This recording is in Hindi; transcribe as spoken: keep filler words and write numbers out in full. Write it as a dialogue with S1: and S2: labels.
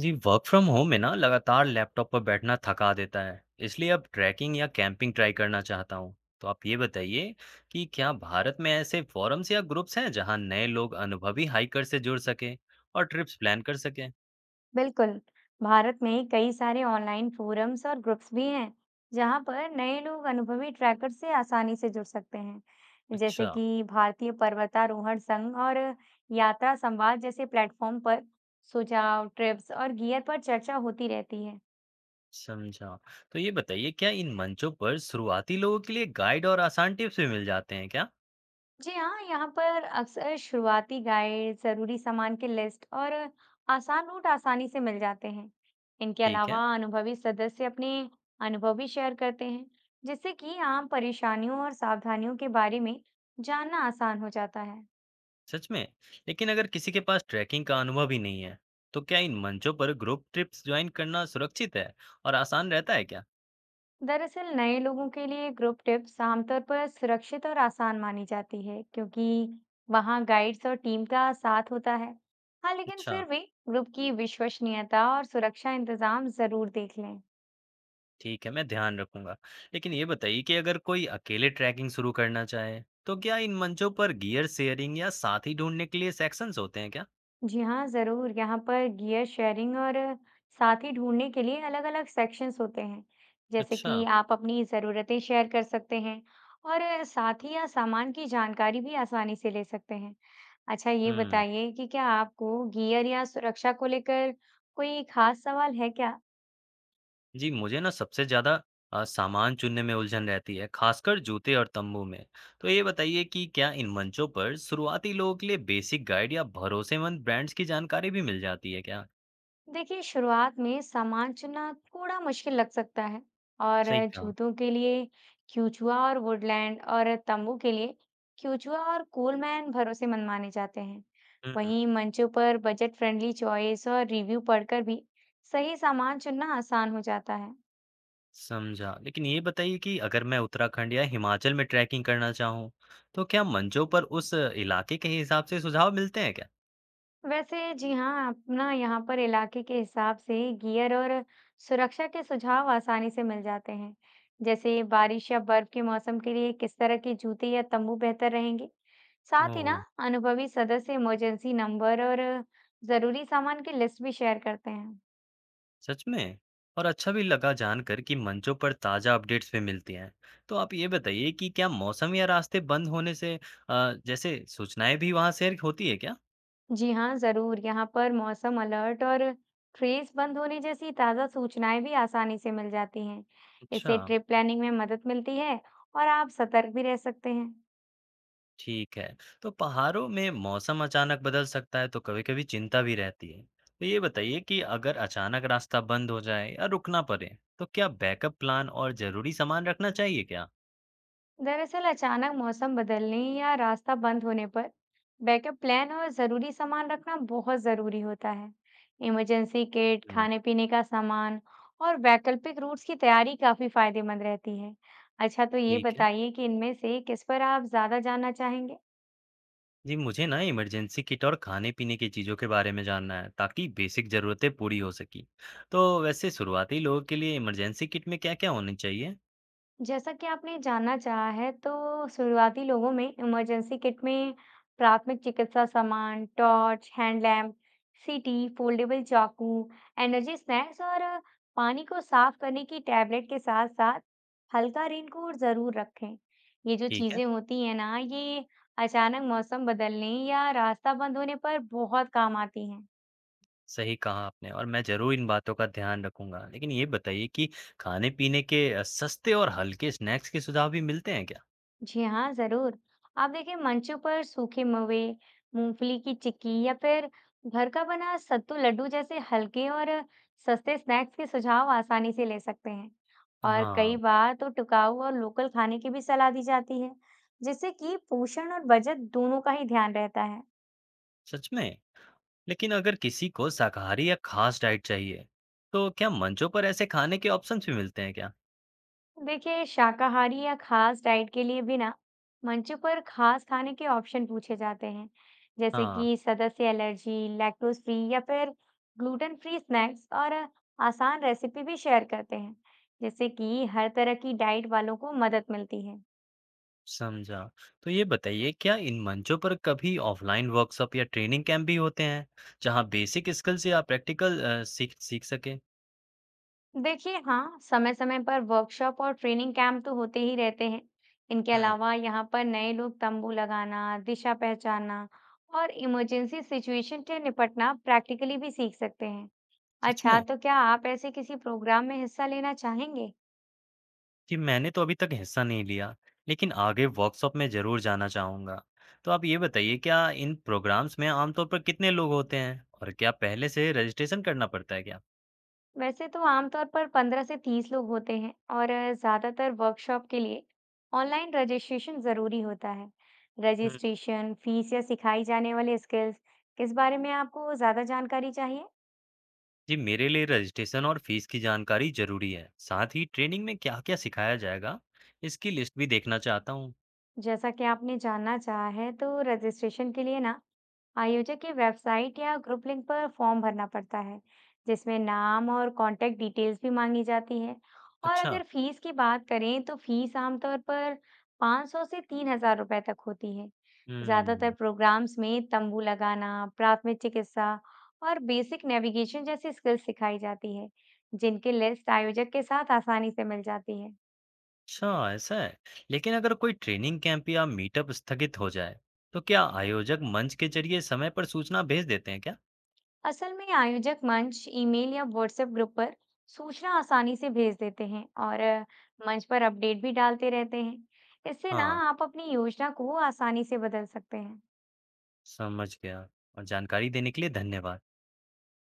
S1: जी, वर्क फ्रॉम होम में ना लगातार लैपटॉप पर बैठना थका देता है। इसलिए अब ट्रैकिंग या कैंपिंग ट्राई करना चाहता हूँ। तो आप ये बताइए कि क्या भारत में ऐसे फोरम्स या ग्रुप्स हैं जहाँ नए लोग अनुभवी हाइकर से जुड़ सकें और ट्रिप्स प्लान कर सकें।
S2: बिल्कुल। भारत में कई सारे ऑनलाइन फोरम्स और ग्रुप्स भी हैं जहां पर नए लोग अनुभवी ट्रैकर से आसानी से जुड़ सकते हैं, जैसे
S1: अच्छा।
S2: कि भारतीय पर्वतारोहण संघ और यात्रा संवाद जैसे प्लेटफॉर्म पर सुझाव, ट्रिप्स और गियर पर चर्चा होती रहती है।
S1: समझा। तो ये बताइए, क्या इन मंचों पर शुरुआती लोगों के लिए गाइड और आसान टिप्स भी मिल जाते हैं क्या?
S2: जी हाँ, यहाँ पर अक्सर शुरुआती गाइड, जरूरी सामान की लिस्ट और आसान रूट आसानी से मिल जाते हैं। इनके
S1: ठीक है।
S2: अलावा अनुभवी सदस्य अपने अनुभव भी शेयर करते हैं, जिससे कि आम परेशानियों और सावधानियों के बारे में जानना आसान हो जाता है।
S1: सच में? लेकिन अगर किसी के पास ट्रैकिंग का अनुभव ही नहीं है, तो क्या इन मंचों पर ग्रुप ट्रिप्स ज्वाइन करना सुरक्षित है और आसान रहता है क्या?
S2: दरअसल नए लोगों के लिए ग्रुप टिप्स आमतौर पर सुरक्षित और आसान मानी जाती है, क्योंकि वहाँ गाइड्स और टीम का साथ होता है। हाँ, लेकिन
S1: अच्छा,
S2: फिर भी ग्रुप की विश्वसनीयता और सुरक्षा इंतजाम जरूर देख लें।
S1: ठीक है, मैं ध्यान रखूँगा। लेकिन ये बताइए कि अगर कोई अकेले ट्रैकिंग शुरू करना चाहे, तो क्या इन मंचों पर गियर शेयरिंग या साथी ढूँढने के लिए सेक्शंस होते हैं क्या?
S2: जी हाँ, ज़रूर। यहाँ पर गियर शेयरिंग और साथी ढूँढने के लिए अलग-अलग सेक्शंस होते हैं। जैसे
S1: अच्छा,
S2: कि आप अपनी ज़रूरतें शेयर कर सकते हैं और साथी या सामान की जानकारी भी आसानी से ले सकते हैं। अच्छा, ये
S1: हुँ।
S2: बताइए कि क्या आपको गियर या सुरक्षा को लेकर कोई खास सवाल है क्या?
S1: जी, मुझे ना सबसे ज़्यादा अ, सामान चुनने में उलझन रहती है, खासकर जूते और तम्बू में। तो ये बताइए कि क्या इन मंचों पर शुरुआती लोगों के लिए बेसिक गाइड या भरोसेमंद ब्रांड्स की जानकारी भी मिल जाती है क्या?
S2: देखिए, शुरुआत में सामान चुनना थोड़ा मुश्किल लग सकता है, और
S1: सही कहा।
S2: जूतों के लिए क्यूचुआ और वुडलैंड और तंबू के लिए क्यूचुआ और कोलमैन भरोसेमंद माने जाते हैं।
S1: हुँ।
S2: वहीं मंचों पर बजट फ्रेंडली चॉइस और रिव्यू पढ़कर भी सही सामान चुनना आसान हो जाता है।
S1: समझा। लेकिन ये बताइए कि अगर मैं उत्तराखंड या हिमाचल में ट्रैकिंग करना चाहूँ, तो क्या मंचों पर उस इलाके के हिसाब से सुझाव मिलते हैं क्या?
S2: वैसे जी हाँ, आप ना यहाँ पर इलाके के हिसाब से गियर और सुरक्षा के सुझाव आसानी से मिल जाते हैं। जैसे बारिश या बर्फ के मौसम के लिए किस तरह के जूते या तंबू बेहतर रहेंगे। साथ ही ना
S1: ओह!
S2: अनुभवी सदस्य इमरजेंसी नंबर और जरूरी सामान की लिस्ट भी शेयर करते हैं।
S1: सच में? और अच्छा भी लगा जानकर कि मंचों पर ताज़ा अपडेट्स भी मिलती हैं। तो आप ये बताइए कि क्या मौसम या रास्ते बंद होने से अ, जैसे सूचनाएँ भी वहाँ शेयर होती है क्या?
S2: जी हाँ, जरूर, यहाँ पर मौसम अलर्ट और ट्रेस बंद होने जैसी ताज़ा सूचनाएं भी आसानी से मिल जाती हैं।
S1: अच्छा।
S2: इससे ट्रिप प्लानिंग में मदद मिलती है और आप सतर्क भी रह सकते हैं।
S1: ठीक है। तो पहाड़ों में मौसम अचानक बदल सकता है, तो कभी-कभी चिंता भी रहती है। तो ये बताइए कि अगर अचानक रास्ता बंद हो जाए या रुकना पड़े, तो क्या बैकअप प्लान और ज़रूरी सामान रखना चाहिए क्या?
S2: दरअसल अचानक मौसम बदलने या रास्ता बंद होने पर बैकअप प्लान और ज़रूरी सामान रखना बहुत ज़रूरी होता है। इमरजेंसी किट,
S1: हुँ,
S2: खाने-पीने का सामान और वैकल्पिक रूट्स की तैयारी काफ़ी फायदेमंद रहती है। अच्छा, तो ये
S1: ठीक है।
S2: बताइए कि इनमें से किस पर आप ज़्यादा जानना चाहेंगे?
S1: जी, मुझे ना इमरजेंसी किट और खाने-पीने की चीज़ों के बारे में जानना है, ताकि बेसिक ज़रूरतें पूरी हो सकें। तो वैसे शुरुआती लोगों के लिए इमरजेंसी किट में क्या-क्या होनी चाहिए?
S2: जैसा कि आपने जानना चाहा है, तो शुरुआती लोगों में इमरजेंसी किट में प्राथमिक चिकित्सा सामान, टॉर्च, हैंड लैम्प, सीटी, फोल्डेबल चाकू, एनर्जी स्नैक्स और पानी को साफ करने की टैबलेट के साथ साथ हल्का रेनकोट जरूर रखें। ये जो
S1: ठीक है।
S2: चीजें होती हैं ना, ये अचानक मौसम बदलने या रास्ता बंद होने पर बहुत काम आती हैं।
S1: सही कहा आपने, और मैं ज़रूर इन बातों का ध्यान रखूँगा। लेकिन ये बताइए कि खाने-पीने के अ, सस्ते और हल्के स्नैक्स के सुझाव भी मिलते हैं क्या?
S2: जी हाँ, ज़रूर। आप देखिए, मंचों पर सूखे मवे, मूँगफली की चिक्की या फिर घर का बना सत्तू लड्डू जैसे हल्के और सस्ते स्नैक्स के सुझाव आसानी से ले सकते हैं। और
S1: हाँ,
S2: कई बार तो टिकाऊ और लोकल खाने की भी सलाह दी जाती है, जिससे कि पोषण और बजट दोनों का ही ध्यान रहता है।
S1: सच में? लेकिन अगर किसी को शाकाहारी या ख़ास डाइट चाहिए, तो क्या मंचों पर ऐसे खाने के ऑप्शंस भी मिलते हैं क्या?
S2: देखिए, शाकाहारी या खास डाइट के लिए भी ना मंच पर खास खाने के ऑप्शन पूछे जाते हैं। जैसे
S1: हाँ,
S2: कि सदस्य एलर्जी, लैक्टोज फ्री या फिर ग्लूटेन फ्री स्नैक्स और आसान रेसिपी भी शेयर करते हैं, जिससे कि हर तरह की डाइट वालों को मदद मिलती है।
S1: समझा। तो ये बताइए, क्या इन मंचों पर कभी ऑफ़लाइन वर्कशॉप या ट्रेनिंग कैंप भी होते हैं, जहाँ बेसिक स्किल्स या प्रैक्टिकल अ, सीख सीख सकें?
S2: देखिए, हाँ, समय समय पर वर्कशॉप और ट्रेनिंग कैंप तो होते ही रहते हैं। इनके
S1: हुँ,
S2: अलावा यहाँ पर नए लोग तंबू लगाना, दिशा पहचानना और इमरजेंसी सिचुएशन से निपटना प्रैक्टिकली भी सीख सकते हैं।
S1: सच
S2: अच्छा,
S1: में?
S2: तो क्या आप ऐसे किसी प्रोग्राम में हिस्सा लेना चाहेंगे?
S1: जी, मैंने तो अभी तक हिस्सा नहीं लिया, लेकिन आगे वर्कशॉप में ज़रूर जाना चाहूँगा। तो आप ये बताइए, क्या इन प्रोग्राम्स में आमतौर पर कितने लोग होते हैं? और क्या पहले से रजिस्ट्रेशन करना पड़ता है क्या?
S2: वैसे तो आमतौर पर पंद्रह से तीस लोग होते हैं और ज़्यादातर वर्कशॉप के लिए ऑनलाइन रजिस्ट्रेशन ज़रूरी होता है।
S1: हम्म,
S2: रजिस्ट्रेशन, फीस या सिखाई जाने वाली स्किल्स, किस बारे में आपको ज़्यादा जानकारी चाहिए?
S1: जी, मेरे लिए रजिस्ट्रेशन और फीस की जानकारी ज़रूरी है। साथ ही ट्रेनिंग में क्या-क्या सिखाया जाएगा, इसकी लिस्ट भी देखना चाहता हूँ।
S2: जैसा कि आपने जानना चाहा है, तो रजिस्ट्रेशन के लिए ना आयोजक की वेबसाइट या ग्रुप लिंक पर फॉर्म भरना पड़ता है, जिसमें नाम और कांटेक्ट डिटेल्स भी मांगी जाती है। और
S1: अच्छा,
S2: अगर फीस की बात करें, तो फीस आमतौर पर पाँच सौ से तीन हज़ार रुपए तक होती है। ज्यादातर
S1: हम्म,
S2: प्रोग्राम्स में तंबू लगाना, प्राथमिक चिकित्सा और बेसिक नेविगेशन जैसी स्किल्स सिखाई जाती है, जिनकी लिस्ट आयोजक के साथ आसानी से मिल जाती है।
S1: अच्छा ऐसा है। लेकिन अगर कोई ट्रेनिंग कैंप या मीटअप स्थगित हो जाए, तो क्या आयोजक मंच के जरिए समय पर सूचना भेज देते हैं क्या?
S2: असल में आयोजक मंच, ईमेल या व्हाट्सएप ग्रुप पर सूचना आसानी से भेज देते हैं और अ, मंच पर अपडेट भी डालते रहते हैं। इससे ना
S1: हाँ।
S2: आप अपनी योजना को आसानी से बदल सकते हैं।
S1: समझ गया, और जानकारी देने के लिए धन्यवाद।